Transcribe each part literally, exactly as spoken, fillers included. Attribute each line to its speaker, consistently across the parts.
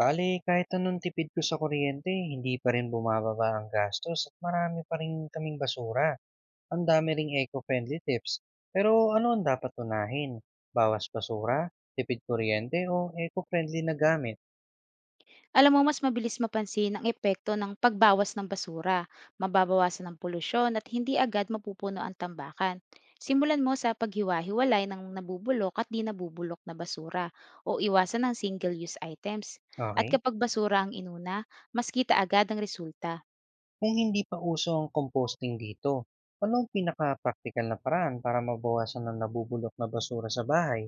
Speaker 1: Bale, kahit anong tipid ko sa kuryente, hindi pa rin bumababa ang gastos at marami pa rin kaming basura. Ang dami ring eco-friendly tips. Pero ano ang dapat unahin? Bawas basura, tipid kuryente o eco-friendly na gamit?
Speaker 2: Alam mo mas mabilis mapansin ang epekto ng pagbawas ng basura, mababawasan ng polusyon at hindi agad mapupuno ang tambakan. Simulan mo sa paghiwa-hiwalay ng nabubulok at di nabubulok na basura o iwasan ng single-use items. At
Speaker 1: Okay?
Speaker 2: kapag basura ang inuna, mas kita agad ang resulta.
Speaker 1: Kung hindi pa uso ang composting dito, ano ang pinaka-practical na paraan para mabawasan ang nabubulok na basura sa bahay?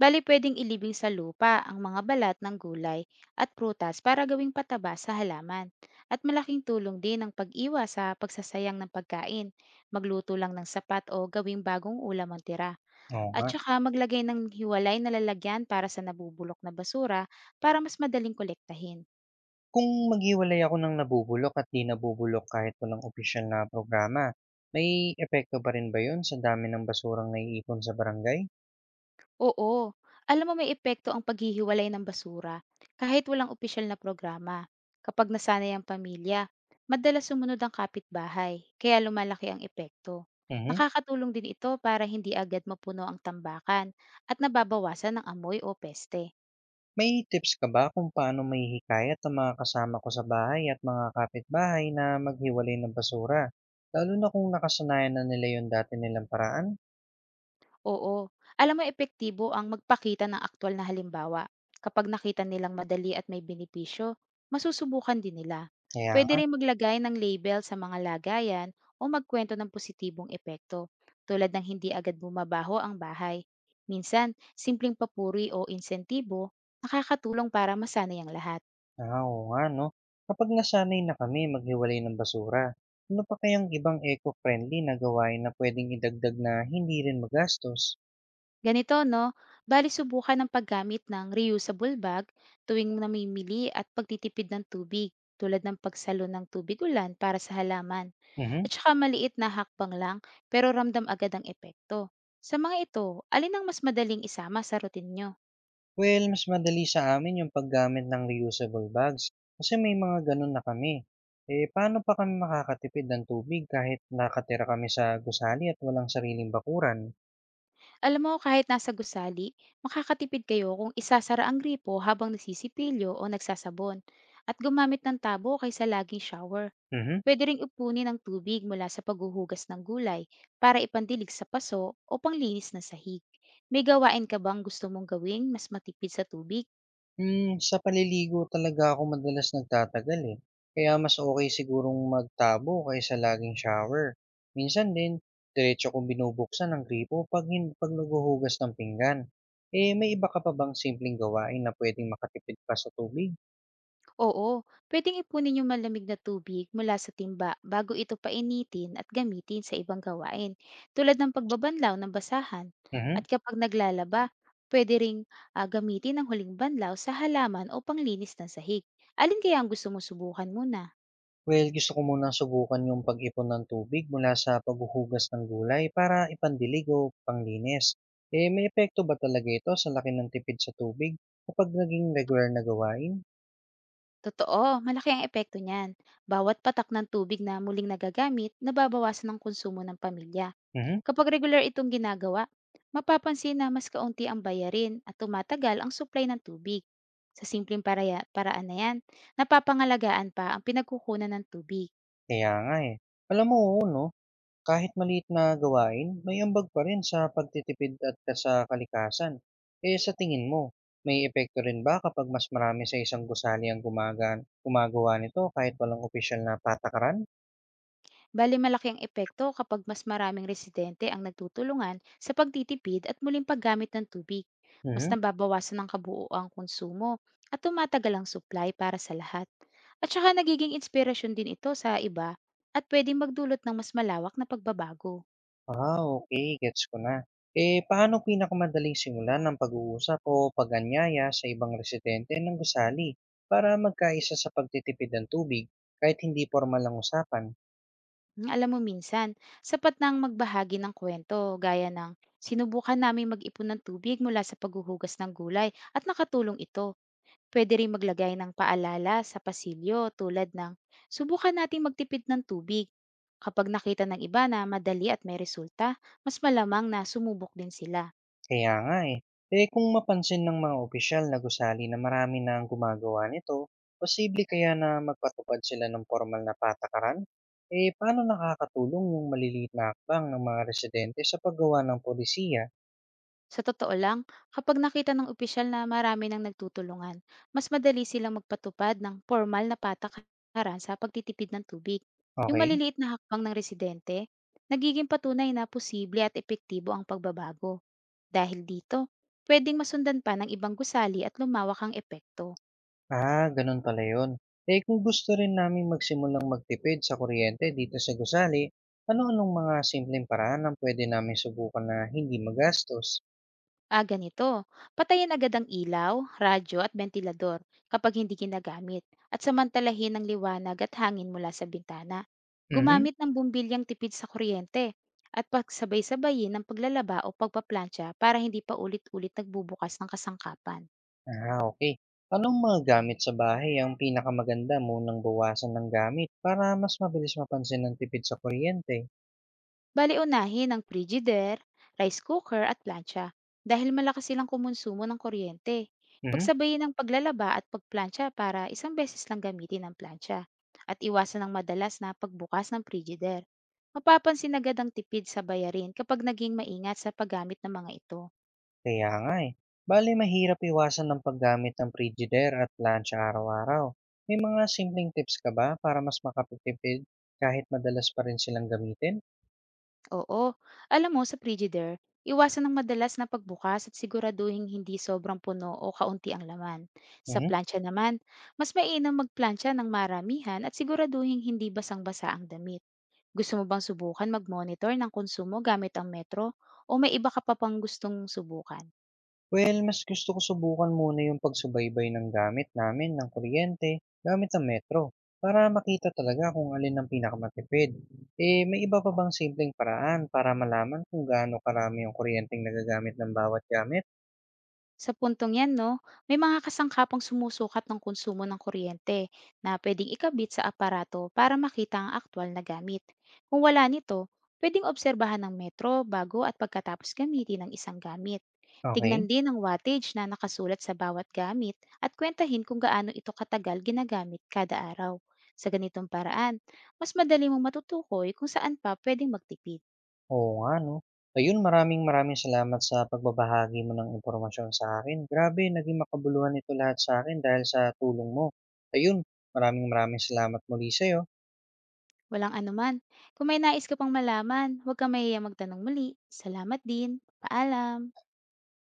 Speaker 2: Bali pwedeng ilibing sa lupa ang mga balat ng gulay at prutas para gawing pataba sa halaman. At malaking tulong din ang pag-iwa sa pagsasayang ng pagkain, magluto lang ng sapat o gawing bagong ulam ang tira.
Speaker 1: Oo
Speaker 2: At
Speaker 1: nga.
Speaker 2: saka maglagay ng hiwalay na lalagyan para sa nabubulok na basura para mas madaling kolektahin.
Speaker 1: Kung maghiwalay ako ng nabubulok at di nabubulok kahit walang opisyal na programa, may epekto pa rin ba yun sa dami ng basurang naiipon sa barangay?
Speaker 2: Oo. Alam mo may epekto ang paghihiwalay ng basura kahit walang opisyal na programa. Kapag nasanay ang pamilya, madalas sumunod ang kapitbahay, kaya lumalaki ang epekto.
Speaker 1: Mhm.
Speaker 2: Nakakatulong din ito para hindi agad mapuno ang tambakan at nababawasan ng amoy o peste.
Speaker 1: May tips ka ba kung paano maihikayat ang mga kasama ko sa bahay at mga kapitbahay na maghiwalay ng basura? Lalo na kung nakasanayan na nila yung dati nilang paraan?
Speaker 2: Oo. Alam mo epektibo ang magpakita ng aktual na halimbawa. Kapag nakita nilang madali at may benepisyo, masusubukan din nila.
Speaker 1: Kaya
Speaker 2: Pwede
Speaker 1: nga,
Speaker 2: rin maglagay ng label sa mga lagayan o magkwento ng positibong epekto, tulad ng hindi agad bumabaho ang bahay. Minsan, simpleng papuri o insentibo nakakatulong para masanay ang lahat.
Speaker 1: ah, oo nga no. Kapag nasanay na kami maghiwalay ng basura, ano pa kayang ibang eco-friendly na gawain na pwedeng idagdag na hindi rin magastos?
Speaker 2: Ganito, no? Bali, subukan ang paggamit ng reusable bag tuwing namimili at pagtitipid ng tubig, tulad ng pagsalo ng tubig ulan para sa halaman.
Speaker 1: Mhm.
Speaker 2: At saka maliit na hakbang lang, pero ramdam agad ang epekto. Sa mga ito, alin ang mas madaling isama sa routine nyo?
Speaker 1: Well, mas madali sa amin yung paggamit ng reusable bags kasi may mga ganun na kami. Eh, paano pa kami makakatipid ng tubig kahit nakatira kami sa gusali at walang sariling bakuran?
Speaker 2: Alam mo, kahit nasa gusali, makakatipid kayo kung isasara ang gripo habang nasisipilyo o nagsasabon at gumamit ng tabo kaysa laging shower.
Speaker 1: Mhm.
Speaker 2: Pwede ring ipunin ang tubig mula sa paghuhugas ng gulay para ipandilig sa paso o panglinis ng sahig. May gawain ka bang gusto mong gawing mas matipid sa tubig?
Speaker 1: Hmm, sa paliligo talaga ako madalas nagtatagal eh. Kaya mas okay sigurong magtabo kaysa laging shower. Minsan din, diretso kong binubuksan ang gripo pag, hin- pag naghuhugas ng pinggan. Eh, may iba ka pa bang simpleng gawain na pwedeng makatipid pa sa tubig?
Speaker 2: Oo, pwedeng ipunin yung malamig na tubig mula sa timba bago ito painitin at gamitin sa ibang gawain, tulad ng pagbabanlaw ng basahan. At
Speaker 1: Mhm.
Speaker 2: kapag naglalaba, pwede ring ah, gamitin ang huling banlaw sa halaman o panglinis ng sahig. Alin kaya ang gusto mong subukan muna?
Speaker 1: Well, gusto ko munang subukan yung pag-ipon ng tubig mula sa paghuhugas ng gulay para ipandilig o panglinis. Eh, may epekto ba talaga ito sa laki ng tipid sa tubig kapag naging regular na gawain?
Speaker 2: Totoo, malaki ang epekto niyan. Bawat patak ng tubig na muling nagagamit, nababawasan ang konsumo ng pamilya.
Speaker 1: Mhm,
Speaker 2: Kapag regular itong ginagawa, mapapansin na mas kaunti ang bayarin at tumatagal ang supply ng tubig. Sa simpleng paraya, paraan na yan, napapangalagaan pa ang pinagkukunan ng tubig.
Speaker 1: kaya nga eh. Alam mo, oo, no? Kahit maliit na gawain, may ambag pa rin sa pagtitipid at ka- sa kalikasan. Eh, sa tingin mo, may epekto rin ba kapag mas marami sa isang gusali ang gumagan, gumagawa nito kahit walang opisyal na patakaran?
Speaker 2: Bali malaki ang epekto kapag mas maraming residente ang nagtutulungan sa pagtitipid at muling paggamit ng tubig. Mas
Speaker 1: Mhm.
Speaker 2: nababawasan ang kabuoang konsumo at tumatagal ang supply para sa lahat. At saka nagiging inspirasyon din ito sa iba at pwedeng magdulot ng mas malawak na pagbabago.
Speaker 1: Ah, okay, gets ko na. Eh, paano pinakamadaling simulan ng pag-uusap o pag-anyaya sa ibang residente ng gusali para magkaisa sa pagtitipid ng tubig kahit hindi formal ang usapan?
Speaker 2: Mm, Alam mo minsan, sapat na ang magbahagi ng kwento gaya ng sinubukan namin mag-ipon ng tubig mula sa paghuhugas ng gulay at nakatulong ito. Pwede ring maglagay ng paalala sa pasilyo tulad ng subukan nating magtipid ng tubig. Kapag nakita ng iba na madali at may resulta, mas malamang na sumubok din sila.
Speaker 1: Kaya nga eh. Eh, kung mapansin ng mga opisyal na gusali na marami na ang gumagawa nito, posible kaya na magpatupad sila ng formal na patakaran? Eh, paano nakakatulong yung maliliit na hakbang ng mga residente sa paggawa ng polisiya,
Speaker 2: Sa totoo lang, kapag nakita ng opisyal na marami nang nagtutulungan, mas madali silang magpatupad ng formal na patakaran sa pagtitipid ng tubig. Yung
Speaker 1: okay.
Speaker 2: maliliit na hakbang ng residente, nagiging patunay na posible at epektibo ang pagbabago. Dahil dito, pwedeng masundan pa ng ibang gusali at lumawak ang epekto.
Speaker 1: Ah, ganun pala yun. Eh kung gusto rin namin magsimulang magtipid sa kuryente dito sa gusali, ano-anong mga simpleng paraan ang pwede namin subukan na hindi magastos?
Speaker 2: Ah, ganito. Patayin agad ang ilaw, radyo at bentilador kapag hindi ginagamit at samantalahin ang liwanag at hangin mula sa bintana.
Speaker 1: Mhm.
Speaker 2: Gumamit ng bumbilyang tipid sa kuryente at pagsabay-sabayin ng paglalaba o pagpaplantsa para hindi pa ulit-ulit nagbubukas ng kasangkapan.
Speaker 1: Ah, okay. Anong mga gamit sa bahay ang pinakamaganda munang bawasan ng gamit para mas mabilis mapansin ng tipid sa kuryente?
Speaker 2: Bale unahin ang frigider, rice cooker at plancha dahil malakas silang kumonsumo ng kuryente.
Speaker 1: Mhm.
Speaker 2: Pagsabayin ang paglalaba at pagplancha para isang beses lang gamitin ang plancha at iwasan ang madalas na pagbukas ng frigider. Mapapansin agad ang tipid sa bayarin kapag naging maingat sa paggamit ng mga ito.
Speaker 1: Kaya nga eh. Bale, mahirap iwasan ng paggamit ng frigidaire at plancha araw-araw. May mga simpleng tips ka ba para mas makapagtipid kahit madalas pa rin silang gamitin?
Speaker 2: Oo. Alam mo, sa Frigidaire, iwasan ng madalas na pagbukas at siguraduhin hindi sobrang puno o kaunti ang laman. Sa
Speaker 1: Mhm.
Speaker 2: plancha naman, mas mainam magplancha ng maramihan at siguraduhin hindi basang-basa ang damit. Gusto mo bang subukan mag-monitor ng konsumo gamit ang metro o may iba ka pa pang gustong subukan?
Speaker 1: Well, mas gusto ko subukan muna yung pagsubaybay ng gamit namin ng kuryente gamit ang metro para makita talaga kung alin ang pinakamatipid. Eh, may iba pa bang simpleng paraan para malaman kung gaano karami yung kuryenteng nagagamit ng bawat gamit?
Speaker 2: Sa puntong yan, no, may mga kasangkapang sumusukat ng konsumo ng kuryente na pwedeng ikabit sa aparato para makita ang aktwal na gamit. Kung wala nito, pwedeng obserbahan ng metro bago at pagkatapos gamitin ang isang gamit.
Speaker 1: Okay.
Speaker 2: Tignan din ang wattage na nakasulat sa bawat gamit at kwentahin kung gaano ito katagal ginagamit kada araw. Sa ganitong paraan, mas madali mong matutukoy kung saan pa pwedeng magtipid.
Speaker 1: Oo nga, no? Ayun, maraming maraming salamat sa pagbabahagi mo ng impormasyon sa akin. Grabe, naging makabuluhan ito lahat sa akin dahil sa tulong mo. Ayun, maraming maraming salamat muli sa'yo.
Speaker 2: Walang anuman. Kung may nais ka pang malaman, huwag kang mahihiyang magtanong muli. Salamat din. Paalam.